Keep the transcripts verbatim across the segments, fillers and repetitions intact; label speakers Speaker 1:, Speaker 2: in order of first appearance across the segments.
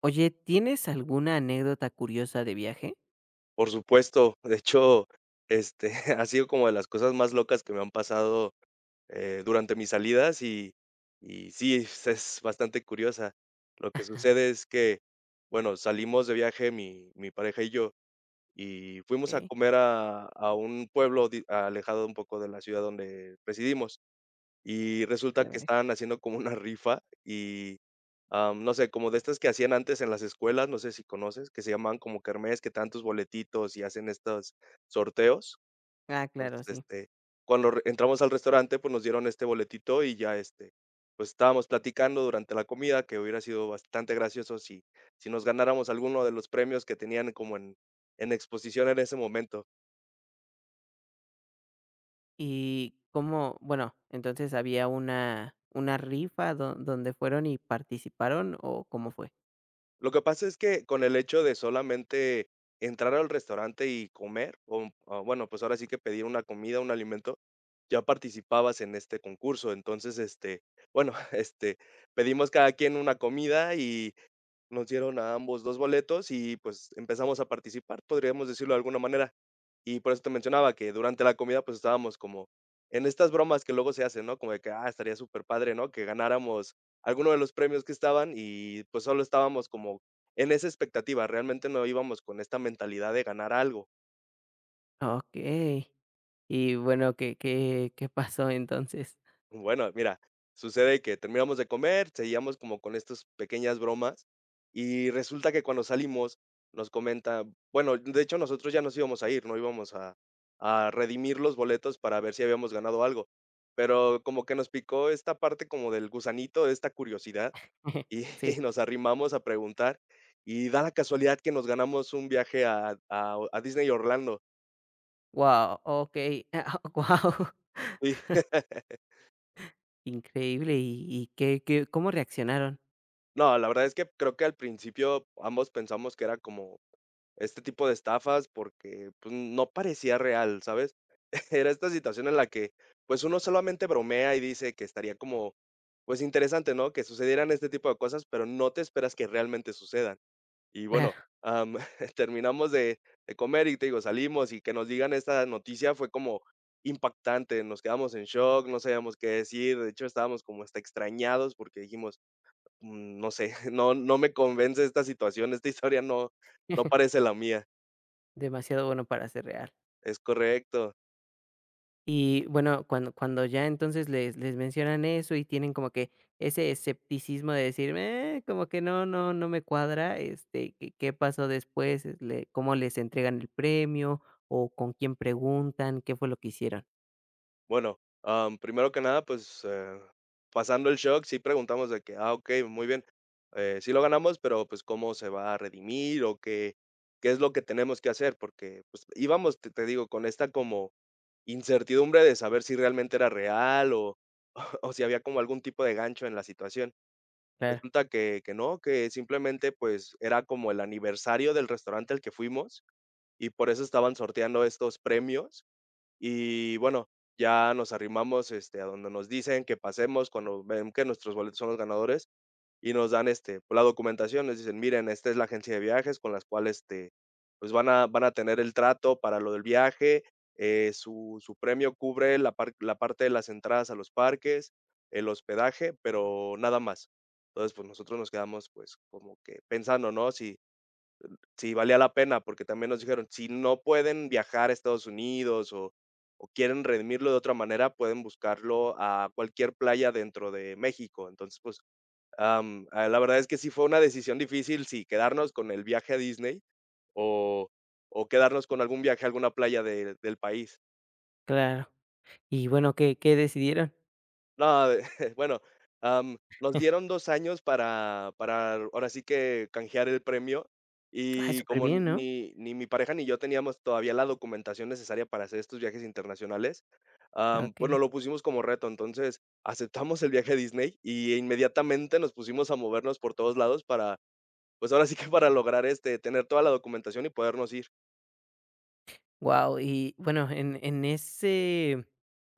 Speaker 1: Oye, ¿tienes alguna anécdota curiosa de viaje?
Speaker 2: Por supuesto, de hecho, este, ha sido como de las cosas más locas que me han pasado, eh, durante mis salidas y y sí, es es bastante curiosa. Lo que sucede es que, bueno, salimos de viaje mi mi pareja y yo, y fuimos a
Speaker 1: Okey.
Speaker 2: comer a a un pueblo di alejado un poco de la ciudad donde residimos. Y
Speaker 1: Vale,
Speaker 2: resulta que
Speaker 1: vale.
Speaker 2: estaban haciendo como una rifa y, am, no sé, como de estas que hacían antes en las escuelas, no sé si conoces, que se llamaban como kermés, que te dan tus boletitos y hacen estos sorteos.
Speaker 1: Ah, claro,
Speaker 2: Entonces,
Speaker 1: sí.
Speaker 2: este, cuando re entramos al restaurante, pues, nos dieron este boletito y ya, este, pues, estábamos platicando durante la comida, que hubiera sido bastante gracioso si si nos ganáramos alguno de los premios que tenían como en en exposición en ese momento.
Speaker 1: Y ¿cómo? Bueno, entonces, ¿había una una rifa do donde fueron y participaron, o cómo fue?
Speaker 2: Lo que pasa es que con el hecho de solamente entrar al restaurante y comer, o, o bueno, pues ahora sí que pedir una comida, un alimento, ya participabas en este concurso. Entonces, este, bueno, este, pedimos cada quien una comida, nos dieron a ambos dos boletos y, pues, empezamos a participar, podríamos decirlo de alguna manera. Y por eso te mencionaba que durante la comida, pues, estábamos como en estas bromas que luego se hacen, ¿no? Como de que, ah, estaría súper padre, ¿no? Que ganáramos alguno de los premios que estaban y, pues, solo estábamos como en esa expectativa, realmente no íbamos con esta mentalidad de ganar algo.
Speaker 1: Okey. Y bueno, ¿qué qué qué pasó entonces?
Speaker 2: Bueno, mira, sucede que terminamos de comer, seguíamos como con estas pequeñas bromas y resulta que cuando salimos nos comenta, bueno, de hecho nosotros ya nos íbamos a ir, no íbamos a, a redimir los boletos para ver si habíamos ganado algo, pero como que nos picó esta parte como del gusanito, de esta curiosidad y,
Speaker 1: Sí.
Speaker 2: y nos arrimamos a preguntar y da la casualidad que nos ganamos un viaje a, a- a Disney Orlando.
Speaker 1: Wow. Okey. Wow.
Speaker 2: Y
Speaker 1: Increíble. ¿Y y qué qué cómo reaccionaron?
Speaker 2: no, la verdad es que creo que al principio ambos pensamos que era como este tipo de estafas porque, pues, no parecía real, ¿sabes? Era esta situación en la que, pues, uno solamente bromea y dice que estaría como, pues, interesante, ¿no? Que sucedieran este tipo de cosas, pero no te esperas que realmente sucedan. Y bueno,
Speaker 1: Claro,
Speaker 2: am, terminamos de de comer y te digo, salimos y que nos digan esta noticia fue como impactante, nos quedamos en shock, no sabíamos qué decir, de hecho, estábamos como hasta extrañados porque dijimos, mm, no sé, no no me convence esta situación, esta historia no no parece la mía.
Speaker 1: demasiado bueno para ser real.
Speaker 2: Es correcto.
Speaker 1: Y bueno, cuando cuando ya entonces les les mencionan eso y tienen como que ese escepticismo de decir: "Eh, como que no no no me cuadra", este, ¿qué qué pasó después? Es ¿Le cómo les entregan el premio o con quién preguntan? ¿Qué fue lo que hicieron?
Speaker 2: Bueno, am, primero que nada, pues, eh, pasando el shock, sí preguntamos de que: "Ah, okey, muy bien, eh, sí lo ganamos, pero, pues, ¿cómo se va a redimir o qué qué es lo que tenemos que hacer?". Porque, pues, íbamos, te te digo, con esta como incertidumbre de saber si realmente era real o o si había como algún tipo de gancho en la situación.
Speaker 1: Claro,
Speaker 2: Resulta que que no, que simplemente, pues, era como el aniversario del restaurante al que fuimos y por eso estaban sorteando estos premios. Y bueno, ya nos arrimamos, este, a donde nos dicen que pasemos cuando ven que nuestros boletos son los ganadores y nos dan, este, pues, la documentación. Nos dicen: "Miren, esta es la agencia de viajes con las cuales, este, pues, van a van a tener el trato para lo del viaje, eh, su su premio cubre la par la parte de las entradas a los parques, el hospedaje, pero nada más". Entonces, pues, nosotros nos quedamos, pues, como que pensando, ¿no? Si Sí, valía la pena, porque también nos dijeron, si no pueden viajar a Estados Unidos o o quieren redimirlo de otra manera, pueden buscarlo a cualquier playa dentro de México. Entonces, pues, am, ah, la verdad es que sí fue una decisión difícil, si quedarnos con el viaje a Disney o o quedarnos con algún viaje a alguna playa de del país.
Speaker 1: claro. Y bueno, ¿qué qué decidieron?
Speaker 2: No, de- bueno, am, nos dieron dos años para para ahora sí que canjear el premio,
Speaker 1: Ah,
Speaker 2: y
Speaker 1: súper
Speaker 2: como
Speaker 1: bien, ¿no?
Speaker 2: ni ni mi pareja ni yo teníamos todavía la documentación necesaria para hacer estos viajes internacionales, am, pues,
Speaker 1: Okey.
Speaker 2: nos lo pusimos como reto. Entonces, aceptamos el viaje a Disney y e inmediatamente nos pusimos a movernos por todos lados para, pues, ahora sí que para lograr, este, tener toda la documentación y podernos ir.
Speaker 1: Wow. Y bueno, en en ese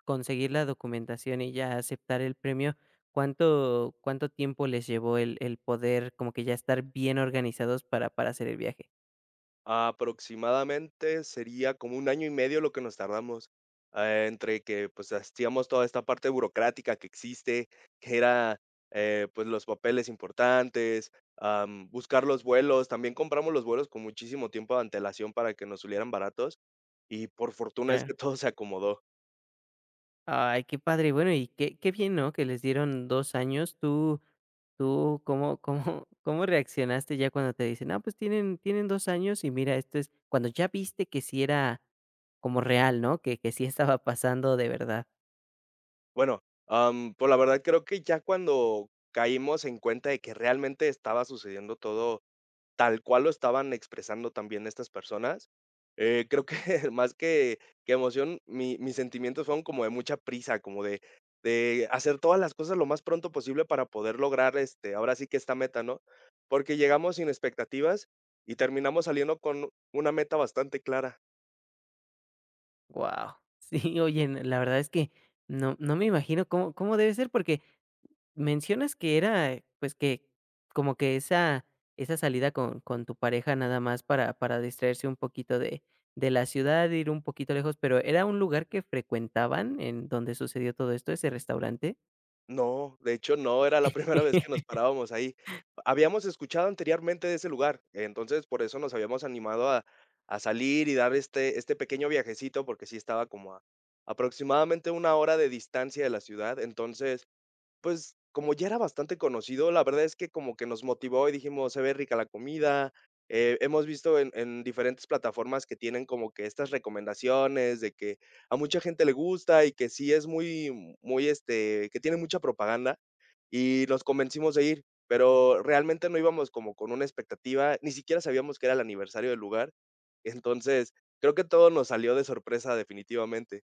Speaker 1: conseguir la documentación y ya aceptar el premio, ¿cuánto cuánto tiempo les llevó el el poder como que ya estar bien organizados para para hacer el viaje?
Speaker 2: Aproximadamente sería como un año y medio lo que nos tardamos, ah, entre que, pues, hacíamos toda esta parte burocrática que existe, que era, eh, pues, los papeles importantes, am, buscar los vuelos. También compramos los vuelos con muchísimo tiempo de antelación para que nos salieran baratos, y por fortuna es
Speaker 1: Claro.
Speaker 2: que todo se acomodó.
Speaker 1: Ay, qué padre. Bueno, y qué qué bien, ¿no?, que les dieron dos años. ¿Tú tú cómo cómo cómo reaccionaste ya cuando te dicen: "Ah, pues tienen tienen dos años y mira, esto es", cuando ya viste que sí era como real, ¿no?, que que sí estaba pasando de verdad.
Speaker 2: Bueno, am, pues, la verdad creo que ya cuando caímos en cuenta de que realmente estaba sucediendo todo tal cual lo estaban expresando también estas personas. Eh, creo que más que que emoción, mi mis sentimientos fueron como de mucha prisa, como de de hacer todas las cosas lo más pronto posible para poder lograr, este, ahora sí que esta meta, ¿no? Porque llegamos sin expectativas y terminamos saliendo con una meta bastante clara.
Speaker 1: Wow, sí. Oye, n la verdad es que no no me imagino cómo cómo debe ser, porque mencionas que era, eh, pues, que como que esa esa salida con con tu pareja nada más para para distraerse un poquito de de la ciudad, ir un poquito lejos, pero, ¿era un lugar que frecuentaban en donde sucedió todo esto, ese restaurante?
Speaker 2: No, de hecho, no era la primera vez que nos parábamos ahí. Habíamos escuchado anteriormente de ese lugar, entonces por eso nos habíamos animado a, a salir y dar este, este pequeño viajecito, porque sí estaba como a aproximadamente una hora de distancia de la ciudad, entonces, pues, como ya era bastante conocido, la verdad es que como que nos motivó y dijimos: "Se ve rica la comida". Eh, hemos visto en en diferentes plataformas que tienen como que estas recomendaciones de que a mucha gente le gusta y que sí es muy muy, este, que tiene mucha propaganda, y nos convencimos de ir, pero realmente no íbamos como con una expectativa, ni siquiera sabíamos que era el aniversario del lugar. Entonces, creo que todo nos salió de sorpresa definitivamente.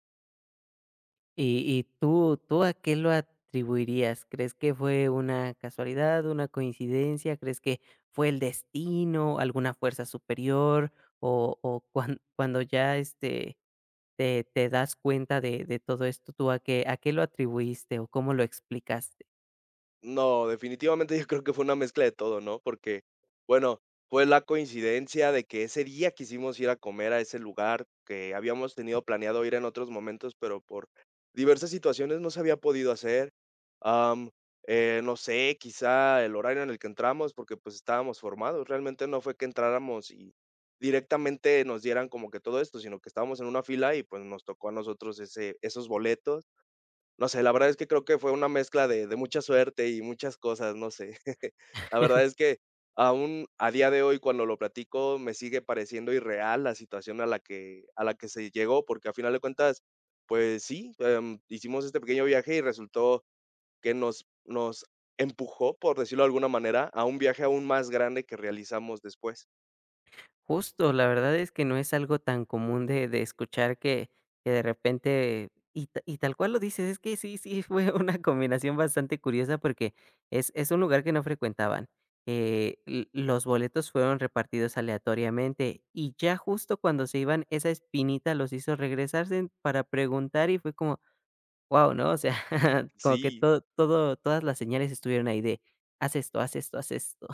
Speaker 1: ¿Y y tú tú a qué lo atribuirías? ¿Crees que fue una casualidad, una coincidencia? ¿Crees que fue el destino, alguna fuerza superior? O o cuan cuando ya, este, te te das cuenta de de todo esto, ¿tú a qué a qué lo atribuiste o cómo lo explicaste?
Speaker 2: No, definitivamente yo creo que fue una mezcla de todo, ¿no? Porque, bueno, fue la coincidencia de que ese día quisimos ir a comer a ese lugar que habíamos tenido planeado ir en otros momentos, pero por diversas situaciones no se había podido hacer. Am, eh, no sé, quizá el horario en el que entramos, porque pues estábamos formados. Realmente no fue que entráramos y directamente nos dieran como que todo esto, sino que estábamos en una fila y pues nos tocó a nosotros ese, esos boletos, no sé, la verdad es que creo que fue una mezcla de de mucha suerte y muchas cosas, no sé. La verdad es que aún a día de hoy, cuando lo platico, me sigue pareciendo irreal la situación a la que a la que se llegó, porque a final de cuentas, pues sí, em, hicimos este pequeño viaje y resultó que nos nos empujó, por decirlo de alguna manera, a un viaje aún más grande que realizamos después.
Speaker 1: Justo, la verdad es que no es algo tan común de de escuchar que que de repente y ta y tal cual lo dices, es que sí sí fue una combinación bastante curiosa porque es es un lugar que no frecuentaban, eh, l los boletos fueron repartidos aleatoriamente y ya justo cuando se iban, esa espinita los hizo regresarse para preguntar y fue como, wow, ¿no? O sea, como que
Speaker 2: Sí,
Speaker 1: todo todo todas las señales estuvieron ahí de haz esto, haz esto, haz esto.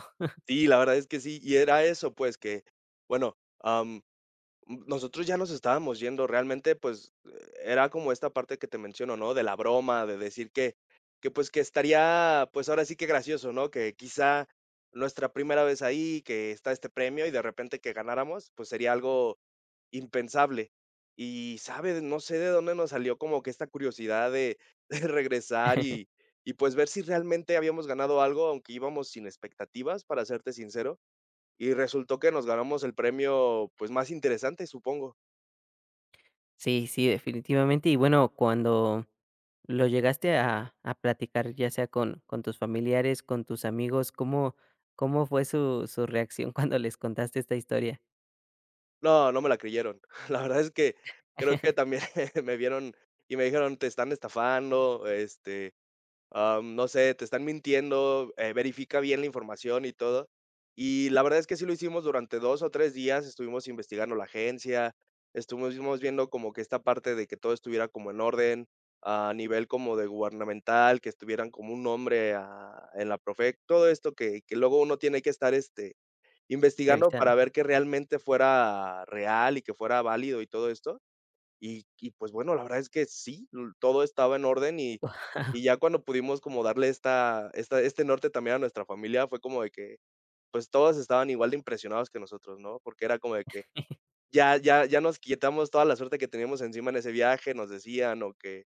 Speaker 2: sí, la verdad es que sí. Y era eso, pues, que, bueno, Mm, nosotros ya nos estábamos yendo, realmente, pues, eh, era como esta parte que te menciono, ¿no? De la broma, de decir que que, pues, que estaría, pues, ahora sí que gracioso, ¿no? Que quizá nuestra primera vez ahí, que está este premio y de repente que ganáramos, pues, sería algo impensable. Y, ¿sabes? No sé de dónde nos salió como que esta curiosidad de de regresar y y, pues, ver si realmente habíamos ganado algo, aunque íbamos sin expectativas, para serte sincero, y resultó que nos ganamos el premio, pues, más interesante, supongo.
Speaker 1: Sí, sí, definitivamente. Y bueno, cuando lo llegaste a, a platicar, ya sea con, con tus familiares, con tus amigos, ¿cómo, cómo fue su, su reacción cuando les contaste esta historia?
Speaker 2: No, no me la creyeron. La verdad es que creo que también me vieron y me dijeron: "Te están estafando, este, am, no sé, te están mintiendo, eh, verifica bien la información y todo". Y la verdad es que sí lo hicimos durante dos o tres días, estuvimos investigando la agencia, estuvimos viendo como que esta parte de que todo estuviera como en orden, a nivel como de gubernamental, que estuvieran como un nombre a en la profe, todo esto que que luego uno tiene que estar, este investigando
Speaker 1: Revisando.
Speaker 2: para ver que realmente fuera real y que fuera válido y todo esto. Y y pues bueno, la verdad es que sí, l todo estaba en orden y y ya cuando pudimos como darle esta esta este norte también a nuestra familia fue como de que, pues todos estaban igual de impresionados que nosotros, ¿no? Porque era como de que ya ya ya nos quitamos toda la suerte que teníamos encima en ese viaje, nos decían, o que,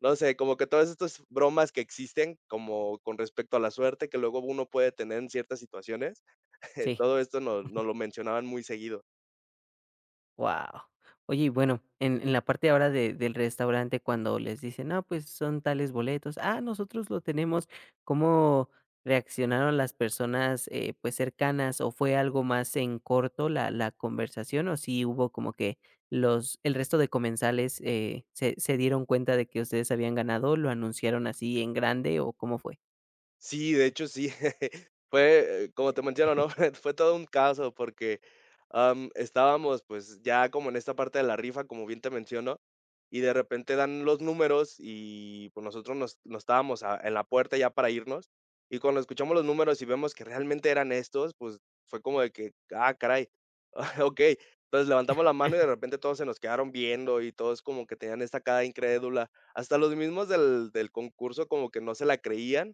Speaker 2: no sé, como que todas estas bromas que existen como con respecto a la suerte que luego uno puede tener en ciertas situaciones,
Speaker 1: Sí.
Speaker 2: todo esto nos, nos lo mencionaban muy seguido.
Speaker 1: Wow. Oye, y bueno, en en la parte ahora de del restaurante, cuando les dicen: "No, pues son tales boletos", "Ah, nosotros lo tenemos", ¿cómo reaccionaron las personas, eh, pues, cercanas? ¿O fue algo más en corto la la conversación, o sí hubo como que los el resto de comensales, eh, se se dieron cuenta de que ustedes habían ganado, lo anunciaron así en grande, o cómo fue?
Speaker 2: Sí, de hecho sí. Fue, eh, como te menciono, ¿no? Fue todo un caso porque, am, estábamos, pues, ya como en esta parte de la rifa, como bien te menciono, y de repente dan los números y, pues, nosotros nos nos estábamos a en la puerta ya para irnos, y cuando escuchamos los números y vemos que realmente eran estos, pues, fue como de que: "Ah, caray, ok". Entonces, levantamos la mano y de repente todos se nos quedaron viendo y todos como que tenían esta cara incrédula. Hasta los mismos del del concurso como que no se la creían,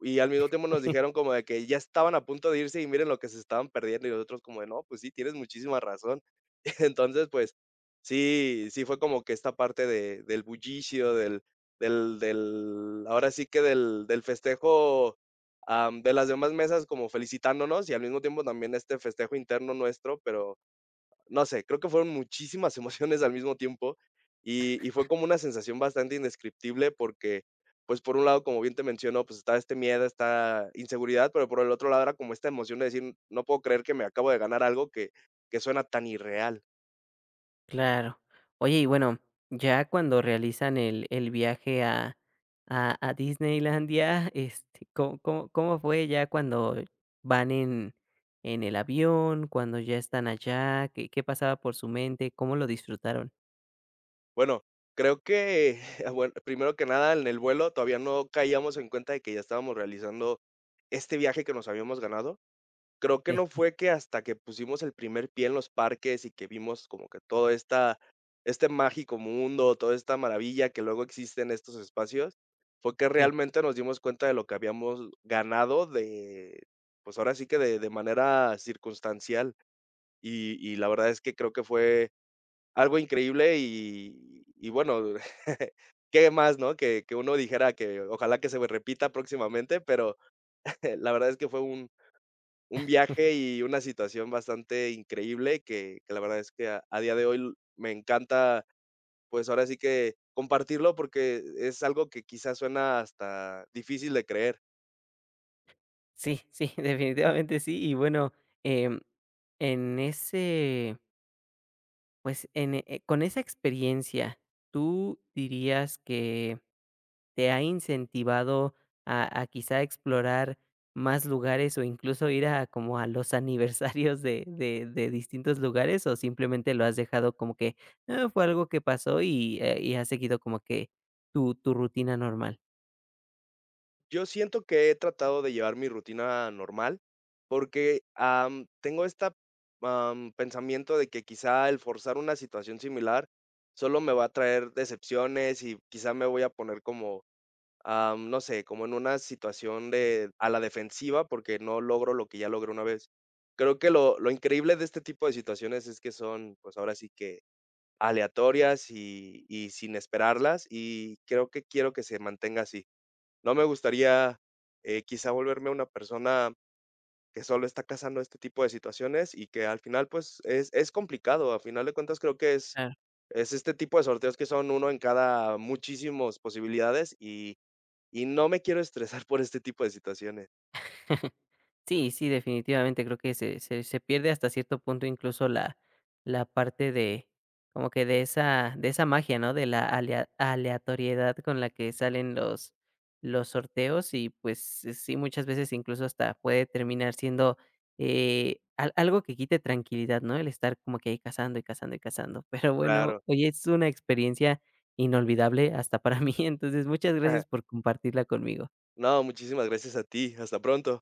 Speaker 2: y al mismo tiempo nos dijeron como de que ya estaban a punto de irse y miren lo que se estaban perdiendo, y nosotros como de: "No, pues sí, tienes muchísima razón". Entonces, pues sí, sí fue como que esta parte de del bullicio, del del del ahora sí que del del festejo, am, de las demás mesas como felicitándonos y al mismo tiempo también este festejo interno nuestro, pero no sé, creo que fueron muchísimas emociones al mismo tiempo, y y fue como una sensación bastante indescriptible porque, pues, por un lado, como bien te menciono, pues, estaba este miedo, esta inseguridad, pero por el otro lado era como esta emoción de decir: "No puedo creer que me acabo de ganar algo que que suena tan irreal".
Speaker 1: Claro. Oye, y bueno, ya cuando realizan el el viaje a a a Disneylandia, este, ¿cómo cómo cómo fue ya cuando van en en el avión, cuando ya están allá? ¿Qué qué pasaba por su mente? ¿Cómo lo disfrutaron?
Speaker 2: Bueno, creo que, bueno, primero que nada, en el vuelo todavía no caíamos en cuenta de que ya estábamos realizando este viaje que nos habíamos ganado. Creo que
Speaker 1: Sí,
Speaker 2: no fue que hasta que pusimos el primer pie en los parques y que vimos como que todo esta este mágico mundo, toda esta maravilla que luego existe en estos espacios, fue que
Speaker 1: sí,
Speaker 2: realmente nos dimos cuenta de lo que habíamos ganado de, pues, ahora sí que de de manera circunstancial. Y y la verdad es que creo que fue algo increíble y y bueno, qué más, ¿no? Que que uno dijera que ojalá que se repita próximamente, pero la verdad es que fue un un viaje y una situación bastante increíble que que la verdad es que a a día de hoy me encanta, pues, ahora sí que compartirlo porque es algo que quizás suena hasta difícil de creer.
Speaker 1: sí, sí, definitivamente sí. Y bueno, em, en ese, pues, en, eh, con esa experiencia, ¿tú dirías que te ha incentivado a, a quizá explorar más lugares o incluso ir a como a los aniversarios de de de distintos lugares, o simplemente lo has dejado como que, ah, fue algo que pasó y, eh, y has seguido como que tu tu rutina normal?
Speaker 2: Yo siento que he tratado de llevar mi rutina normal porque, am, tengo esta, pensamiento de que quizá el forzar una situación similar solo me va a traer decepciones y quizá me voy a poner como am, no sé, como en una situación de a la defensiva porque no logro lo que ya logré una vez. Creo que lo, lo increíble de este tipo de situaciones es que son, pues ahora sí que aleatorias y, y sin esperarlas y creo que quiero que se mantenga así. No me gustaría eh, quizá volverme una persona que solo está cazando este tipo de situaciones y que al final pues es, es complicado. A final de cuentas creo que es,
Speaker 1: Claro.
Speaker 2: es este tipo de sorteos que son uno en cada muchísimas posibilidades y no me quiero estresar por este tipo de situaciones.
Speaker 1: Sí, sí, definitivamente creo que se se se pierde hasta cierto punto incluso la la parte de como que de esa de esa magia, ¿no? De la alea aleatoriedad con la que salen los los sorteos y, pues, eh, sí, muchas veces incluso hasta puede terminar siendo, eh, al algo que quite tranquilidad, ¿no? El estar como que ahí cazando y cazando y cazando. Pero bueno,
Speaker 2: Claro.
Speaker 1: oye, es una experiencia inolvidable hasta para mí. Entonces, muchas gracias por compartirla conmigo.
Speaker 2: No, muchísimas gracias a ti. Hasta pronto.